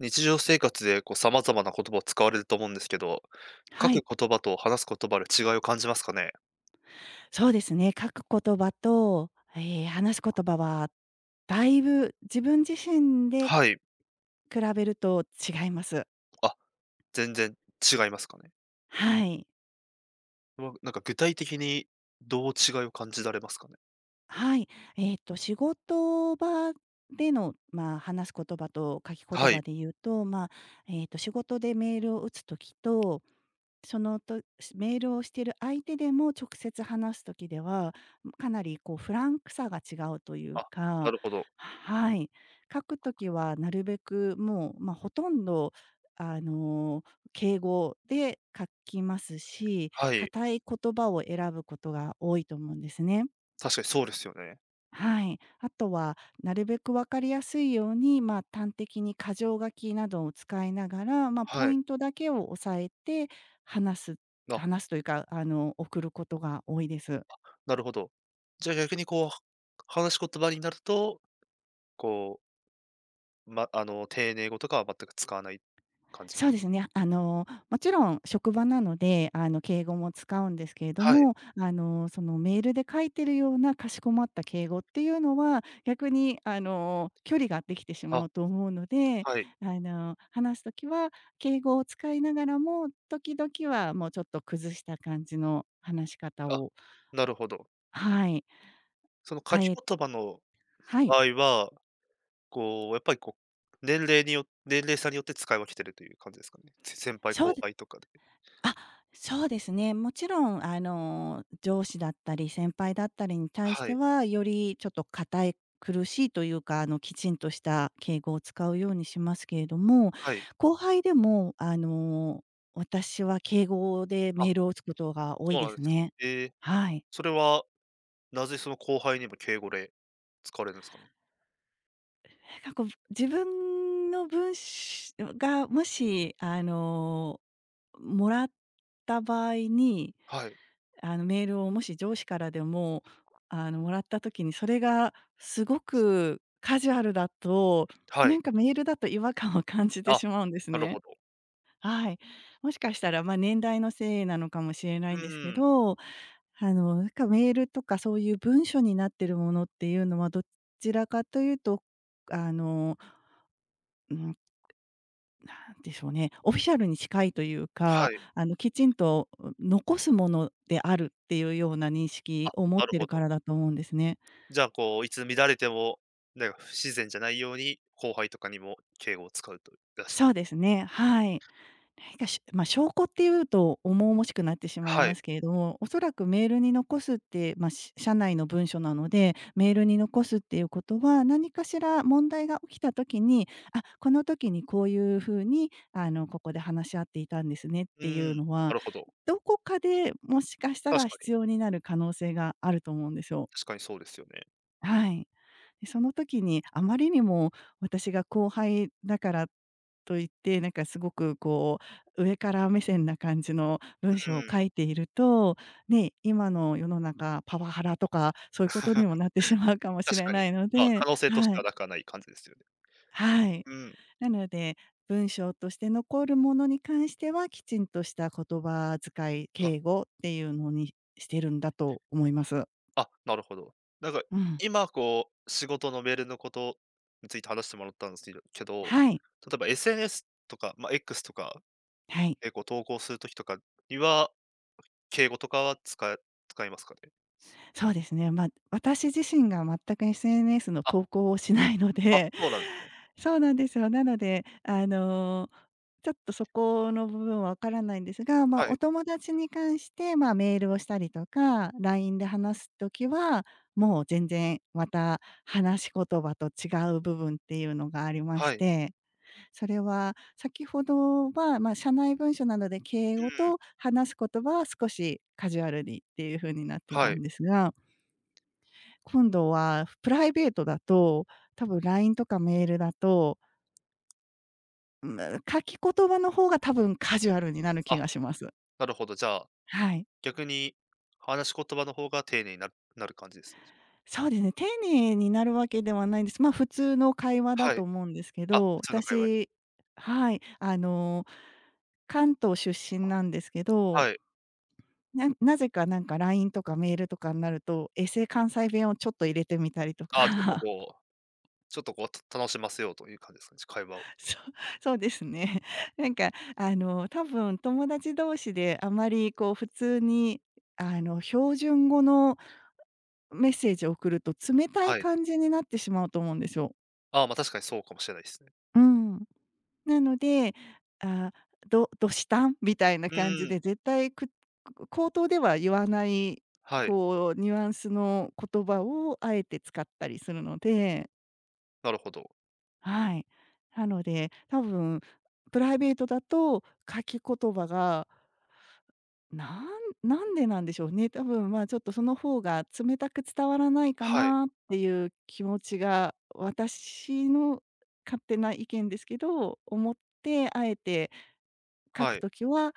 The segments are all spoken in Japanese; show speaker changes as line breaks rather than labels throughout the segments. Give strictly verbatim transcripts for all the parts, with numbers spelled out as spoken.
日常生活でこう様々な言葉を使われると思うんですけど、書
は
く
い、
言葉と話す言葉で違いを感じますかね？
そうですね。書く言葉と、えー話す言葉は、だいぶ自分自身で
はい。
比べると違います。
あ、全然違いますかね。
はい。
わなんか具体的にどう違いを感じられますかね？
はい。えっと、仕事場での、まあ、話す言葉と書き言
は
葉
い。
で言うと、まあ、えっと、仕事でメールを打つときとそのとメールをしている相手でも直接話す時では、かなりこうフランクさが違うという
あ、な
か。
るほど。
はい。書く時はなるべくもう、まあ、ほとんどあの、敬語で書きますし、
はい。
硬い言葉を選ぶことが多いと思うんですね。
確かにそうですよね。
はい。あとは、なるべく分かりやすいように、まあ、端的に箇条書きなどを使いながら、まあ、ポ
は
イ
い。
ントだけを押さえて話す
あ、
話すというか、あの、送ることが多いです。
なるほど。じゃあ逆にこう、は話し言葉になると、こう、ま、あの、丁寧語とかは全く使わない感じに
そうですね。あの、もちろん職場なので、あの、敬語も使うんですけれど
はい。
も、あの、その、メールで書いてるようなかしこまった敬語っていうのは、逆に、あの、距離ができてしま
あ、
うと思うので、
はい。
あの、話すときは敬語を使いながらも、時々はもうちょっと崩した感じの話し方
あ、
を。
なるほど。
はい、
その書
あ
き
え
言葉の
はい、
場合はこう、やっぱりこう、年齢によ年齢差によって使い分けてるという感じですかね。せ先輩
そう
後
ですね。
輩とかで。
あ、そうですね。もちろん、あの、上司だったり、先輩だったりに対し
は
て
い、
は、よりちょっと堅い苦しいというか、あの、きちんとした敬語を使うようにしますけれども、
はい。
後輩でも、あの、私は敬語でメ
あ、
ールを打つことが多い
そう
で
なんで
す
すね。
ね。
ええ、
はい。
それは、なぜその後輩にも敬語で使われるんですかね？
なんかこう、自分の文しがもし、あの、もらった場合に、
はい、
あの、メールをもし上司からでも、あの、もらった時に、それがすごくカジュアルだと、
は
な
い。
んかメールだと違和感を感じて
あ、
しまうんです
なる
ね。
ほど。
はい。もしかしたら、まあ、年代のせいなのかもしれない
う
んですけ
ーん、
ど、あの、なんかメールとかそういう文書になってるものっていうのは、どちらかというと、あの、うんなんでしょうね、オフィシャルに近いという
は
か、
い、
あの、きちんと、残すものであるっていうような認識を持っ
なる
てる
ほ
か
ど。
らだと思うんですね。
じゃあ、こう、いつ乱れても、なんか不自然じゃないように、後輩とかにも敬語を使うとだし
そうですね、はい。何かし、まあ、証拠っていうと重々しくなってしまい
は
ま
い。
すけれども、おそらくメールに残すって、まあ、し社内の文書なので、メールに残すっていうことは、何かしら問題が起きた時に、あ、この時にこういうふうに、あの、ここで話し合っていたんですねっ
う
てい
ーん、
うのは、
なるほど。
どこかでもしかした
確
ら
かに、
必要になる可能性があると思うんですよ。
確かにそうですよね。
はい。で、その時にあまりにも私が後輩だからといって、なんかすごくこう、上から目線な感じの
う
文章を
ー
書
ん。
いていると、ね、今の世の中パワハラとか、そういうことにもなってしまうかもし
確
れ
かに。
ないの
まあ、可
で、
能性とし
は
て
い、
はなくはない感じですよね。
はい。
うん。
なので、文章として残るものに関しては、きちんとした言葉遣い、
あ、
敬語っていうのにしてるんだと思います。
あ、なるほど。なんか、
うん。
今こう、仕事のメールのことについて話してもらったんですけどけど、
はい。
例えば エスエヌエス とか、まあ、X とか
はい。
えこう投稿するときとかには、敬語とかは使え使いますかね？
そうですね。まあ、私自身が全く エスエヌエス の
あ、
投稿をしないの
あ、
で、
そうなんですね。
そうなんですよ。なので、あの、ちょっとそこの部分はわからないんですが、まあ、
は
お
い、
友達に関して、まあ、メールをしたりとか、ライン で話すときは、もう全然また話し言葉と違う部分っていうのがありまし
はい。
て、それは先ほどは、まあ、社内文書なので敬
う
語
ん、
と話す言葉は少しカジュアルにっていう風になってた
は
ん
い。
ですが、今度はプライベートだと、多分 ライン とかメールだと、うん、書き言葉の方が多分カジュアルになる気
あ、
がします。
なるほど。じゃあ、
はい。
逆に話し言葉の方が丁寧になるなる感じですね、じゃあ。
そうですね、丁寧になるわけではないんです。まあ、普通の会話だ
は
と
い。
思うんですけ
あ、
ど、
普通の会話に。
私、はい、あの、関東出身なんですけど、
はい。
ななぜかなんか ライン とかメールとかになると、エセ関西弁をちょっと入れてみたりと
あ、ちょっと
か。
こうちょっとこう、た楽しませようという感じですかね、会話を。
そうそうですね。なんかあの、多分友達同士であまりこう普通にあの、標準語のメッセージを送ると冷たい
はい。
感じになってしまうと思うんですよ。
ああ、ま、確かにそうかもしれないですね。
うん。なので、あ、どどしたん？みたいな
う
感じ
ーん、
で絶対く口頭では言わない、
はい、
こうニュアンスの言葉をあえて使ったりするので。
なるほど。
はい。なので、多分プライベートだと書き言葉がなんなんでなんでしょうね。多分、まあ、ちょっとその方が冷たく伝わらないか
はい、
なっていう気持ちが、私の勝手な意見ですけど、思って、あえて書
は
く
い、
ときは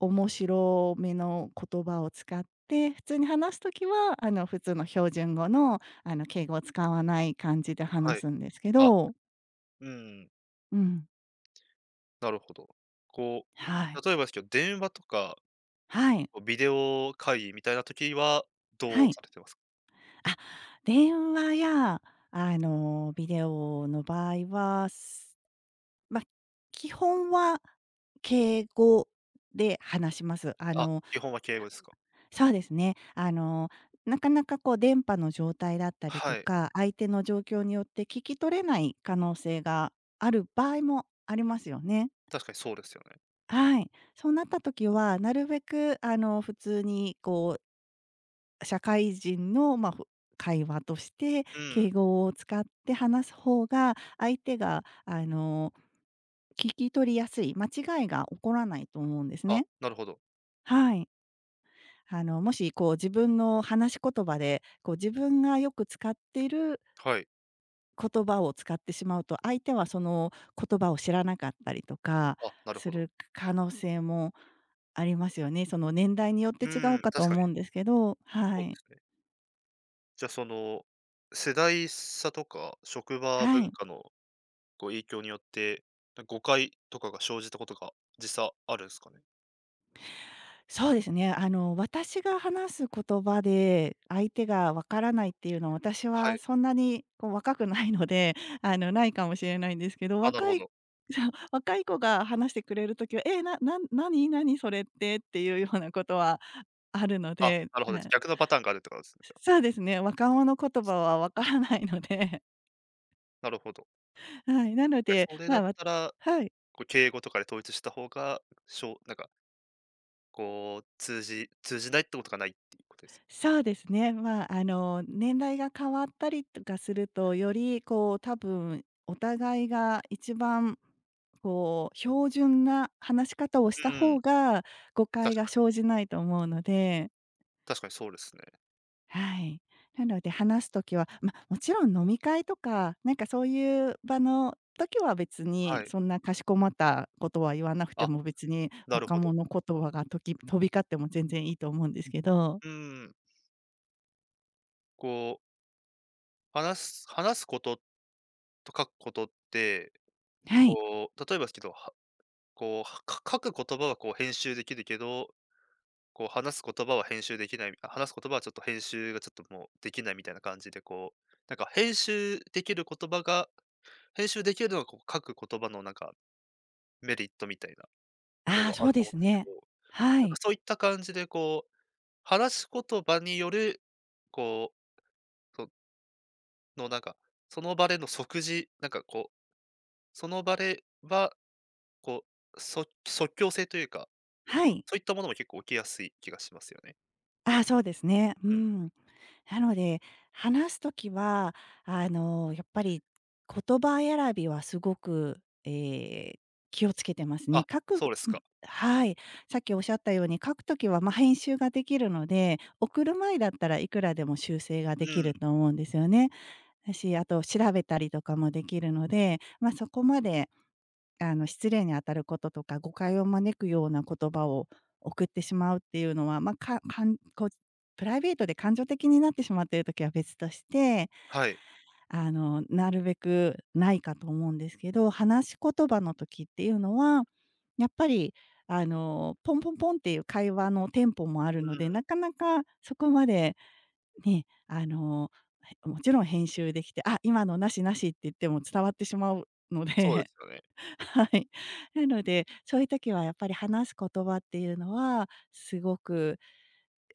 面白めの言葉を使って、普通に話すときは、あの、普通の標準語の、あの、敬語を使わない感じで
は
話
い。
すんですけ
あ、
ど。
うん、
うん。
なるほど。こ
は
う、
い。
例えばですけど、電話とか、
はい。
こうビデオ会議みたいな時は、ど
は
う
い。
されてますか？
あ、電話や、あの、ビデオの場合は、すま、基本は敬語で話します。あ
あ、
の、
基本は敬語ですか。
そうですね。あの、なかなかこう電波の状態だったりと
はい、
か、相手の状況によって聞き取れない可能性がある場合もありますよね。
確かにそうですよね。
はい。そうなった時は、なるべくあの、普通にこ、社会人の、まあ、ふ会話として、
うん、
敬語を使って話す方が、相手が、あの、聞き取りやすい、間違いが起こらないと思うんです
あ、
ね。
なるほど。
はい。あの、もし、こう、自分の話し言葉で、こう、自分がよく使っている
はい、
言葉を使ってしまうと、相手はその言葉を知らなかったりとか
あ、なる
す
ほど。
る可能性もありますよね。その、年代によっ
う
て
ー
違う
ん、
かと
確かに
思うんですけど、は
そうで
い。
すね。じゃ、その、世代差とか職場
は
文
い。
化のこう、影響によって、誤解とかが生じたことが実際あるんですかね？
そうですね。あの、私が話す言葉で、相手がわからないっていうのは、私
は
は
い。
そんなにこう若くないので、あの、ないかもしれないんですけど、
あ、なる
若
ほ
い
ど。
そう、若い子が話してくれる時は、「えー、なな何何それって」っていうようなことはあるの
あ、
で、
なる
う
ほど。
ん、
逆のパターンがあるってことですね、じゃあ。
そうですね、若者言葉はわからないので、
なるほど。
はい、なの
え、
で、
それ
ま
だ
あ、
っ
わ
たら、
はい。
こう、敬語とかで統一した方が、しょうなんか、こう、通じ通じないってことがないっていうことですよ。
そうですね。まあ、あの、年代が変わったりとかすると、よりこう多分お互いが一番こう標準な話し方をした
うん、
方が、誤解
確
が
かに。
生じないと思うので、
確かにそうですね。
はい。なので話すときは、まあ、もちろん飲み会とか、なんかそういう場の時は別に
はい。
そんなかしこまったことは言わなくて
あ、
も、別に
なる
若
ほど。
者言葉がとき飛び交っても全然いいと思うんですけど、
うん。こう、話す話すことと書くことって、
はい。
こう、例えばですけど、はこう、はか書く言葉はこう編集できるけどこう話す言葉は編集できない、あ、話す言葉はちょっと編集がちょっともうできないみたいな感じで、こう、なんか編集できる言葉が、編集できるのはこう書く言葉のなんかメリットみたいなの
ああ、
もあ
そう
ると
で
思うん
す
ですけ
ね。
ど、
は
なんか
い。
そういった感じでこう、話し言葉による、こう、そのなんか、その場での即時、なんかこう、その場では、こう、そ即興性というか、
はい。
そういったものも結構起きやすい気がしますよね。
ああ、そうですね。う
うん。
ん。なので、話すときは、あの、やっぱり言葉選びはすごく、えー気をつけてますね。
あ、
書く
そうです
う
か。
ん、はい。さっきおっしゃったように、書くときは、まあ、編集ができるので、送る前だったらいくらでも修正がで
う
き
ん、
ると思うんですよね。だし、あと調べたりとかもできるので、まあ、そこまであの、失礼に当たることとか、誤解を招くような言葉を送ってしまうっていうのは、まあ、かかんこう、プライベートで感情的になってしまっている時は別として、
はい。
あの、なるべくないかと思うんですけど、話し言葉の時っていうのは、やっぱり、あの、ポンポンポンっていう会話のテンポもある
う
ので、
ん。
なかなかそこまでね、あの、もちろん編集できて、あ、今のなしなしって言っても伝わってしまうの
そうで
で、
すよね。
はい。なので、そういう時はやっぱり話す言葉っていうのは、すごく、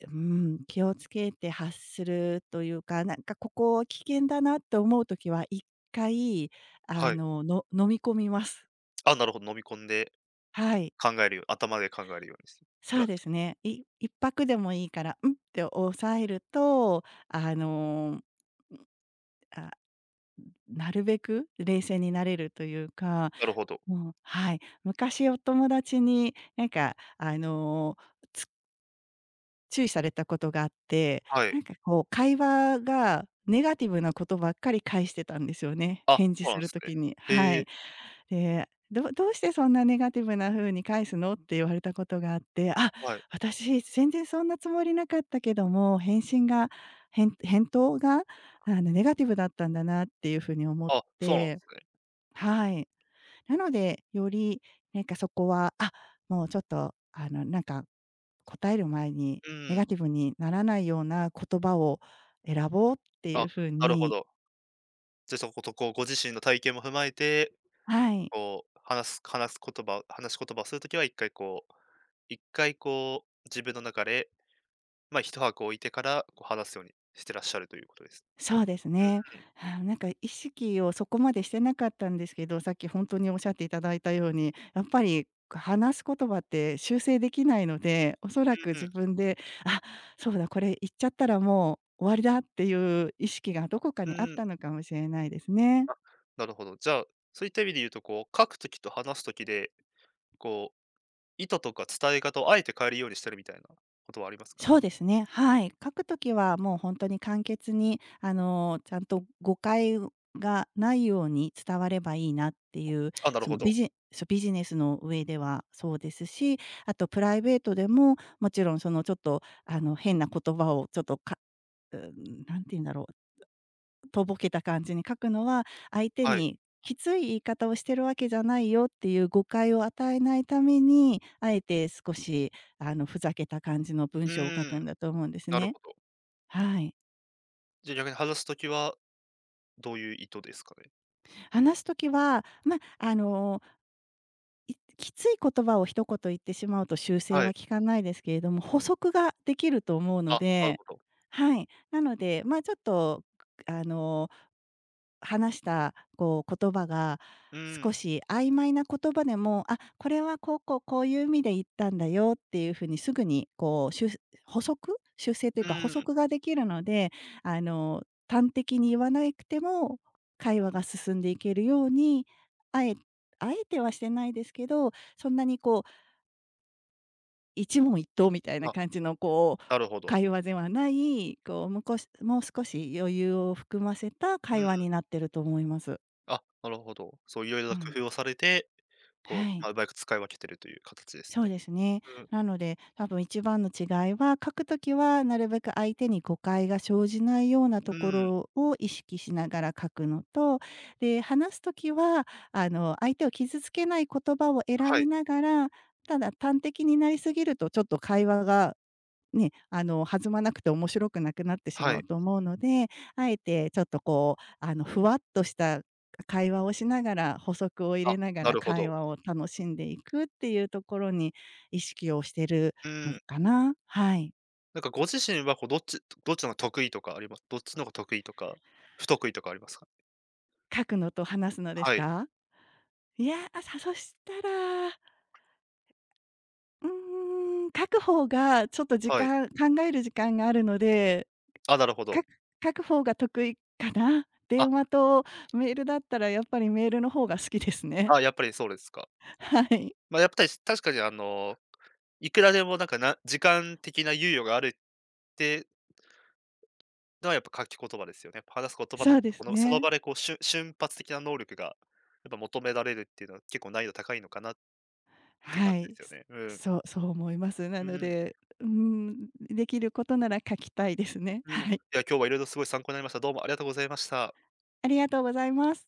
うん、気をつけて発するというか、なんかここ危険だなって思う時は一回、あ
はい。
の、の飲み込みます。
あ、なるほど、飲み込んで
はい。
考えるよう頭で考えるようにする。
そうですね。い一泊でもいいから、「うん」って抑えると、あの、あ、なるべく冷静になれるというか、
ななるほど。
もうはい。昔お友達になんかあの、注意されたことがあって、
は
な
い。
んかこう会話がネガティブなことばっかり返してたんですよね、
あ、
返事
そう
す
なんで
る
すね。
時に。は
へえ、
い。で、「どどうしてそんなネガティブな風に返すの？」って言われたことがあって、「あ、
はい。
私全然そんなつもりなかったけども、返信が返返答があのネガティブだったんだな」っていう風に思っ
あ、そうなんで
て、
すね。
はい。なので、よりなんかそこは、あ、もうちょっとあのなんか、答える前に
う
ネ
ん。
ガティブにならないような言葉を選ぼうってい
あ、
う風
なるほ
に、
ど。で、そことこうご自身の体験も踏まえて、
はい、
こう話す話す言葉話し言葉をするときは一回こう、一回こう、自分の中で、まあ、一泊置いてから、こう話すようにしてらっしゃるということです。
そうですね。ああ、なんか意識をそこまでしてなかったんですけど、さっきほんとにおっしゃっていただいたように、やっぱり話す言葉って修正できないので、おそらく
うんう
自
ん。
分で、あ、そうだこれ言っちゃったらもう終わりだっていう意識がどこか
う
にあっ
ん。
たのかもしれないですね。
あ、なるほど。じゃあ、そういった意味で言うと、こう書くときと話すときで、こう意図とか伝え方をあえて変えるようにしてるみたいなことはありますかね？
そうですね、はい。書くときはもう本当に簡潔に、あの、ちゃんと誤解がないように伝わればいいなっていう、
あ、なる
そ
ほ
の
ど。
ビジそう、ビジネスの上ではそうですし、あとプライベートでも、もちろんそのちょっと、あの、変な言葉をちょっとかうん、て言うんだろう。とぼけた感じに書くのは、相手
はい。
にきつい言い方をしてるわけじゃないよっていう誤解を与えないために、あえて少しあの、ふざけた感じの文
う
章を書
ー
くん
ん、
だと思うんです
なる
ね。
ほど。
はい。
じゃ、逆に外すときはどういう意図ですかね？
話すときは、まあ、あのいきつい言葉を一言言ってしまうと修正
は
は
い。
効かないですけれども、補足ができると思うの
あ、なる
で、
ほど。
はい。なので、まあ、ちょっと、あの、話したこう言葉が
うー
少
ん、
し曖昧な言葉でも、あ、これはこうこうこういう意味で言ったんだよっていうふうにすぐにこう、補足修正という
う
か補
ーん。
足ができるので、あの、端的に言わなくても会話が進んでいけるように、あえあえてはしてないですけど、そんなにこう一問一答みたいな
あ、
感じのこ
な
う
るほど。
会話ではない、こう、むこしもう少し余裕を含ませた
うー
会話に
ん。
なってると思います。
あ、なるほど。そう、色々
う
な工
ん、
夫をされて、こ
は
う、
い。
ま、上手く使い分けてるという形です
そう
ね。
ですね。
うん、
なので、多分一番の違いは、書くときはなるべく相手に誤解が生じないよう
う
なとこ
ーん、
ろを意識しながら書くのと、で、話すときは、あの、相手を傷つけない言葉を選
は
び
い、
ながら、ただ端的になりすぎるとちょっと会話がね、あの、弾まなくて面白くなくなってし
は
まう
い。
と思うので、あえてちょっとこう、あの、ふわっとした会話をしながら、補足を入
あ、
れなが
な
ら
るほ
会
ど。
話を楽しんでいくっていうところに意識をしてる
う
の
ーん。
かな。はい。
なんかご自身はこうどっちどっちのが得意とかあります？どっちのが得意とか、不得意とかありますか？
書くのと話すのです
はい、
か？いや、あ、さそしたら、うーん、書く方がちょっと時
はい。
間考える時間があるので、
あ、なるほ
か
ど。
書く方が得意かな。
あ、
電話とメールだったらやっぱりメールの方が好きですね。
あ、やっぱりそうですか。
はい。
まあ、やっぱり確かにあの、いくらでもなんか、な時間的な猶予があるってのはやっぱ書き言葉ですよね。話す言葉
そ
の方
うで
が
す
このその
ね。
場でこうしゅ瞬発的な能力がやっぱ求められるっていうのは結構難易度高いのかなって感
は
じで
い。
すよね。うん。
そうそう思います。な
うん
の
うん。
で、うん、できることなら書きたいですね。
うん。い
はい。
や、今日はいろいろすごい参考になりました。どうもありがとうございました。
ありがとうございます。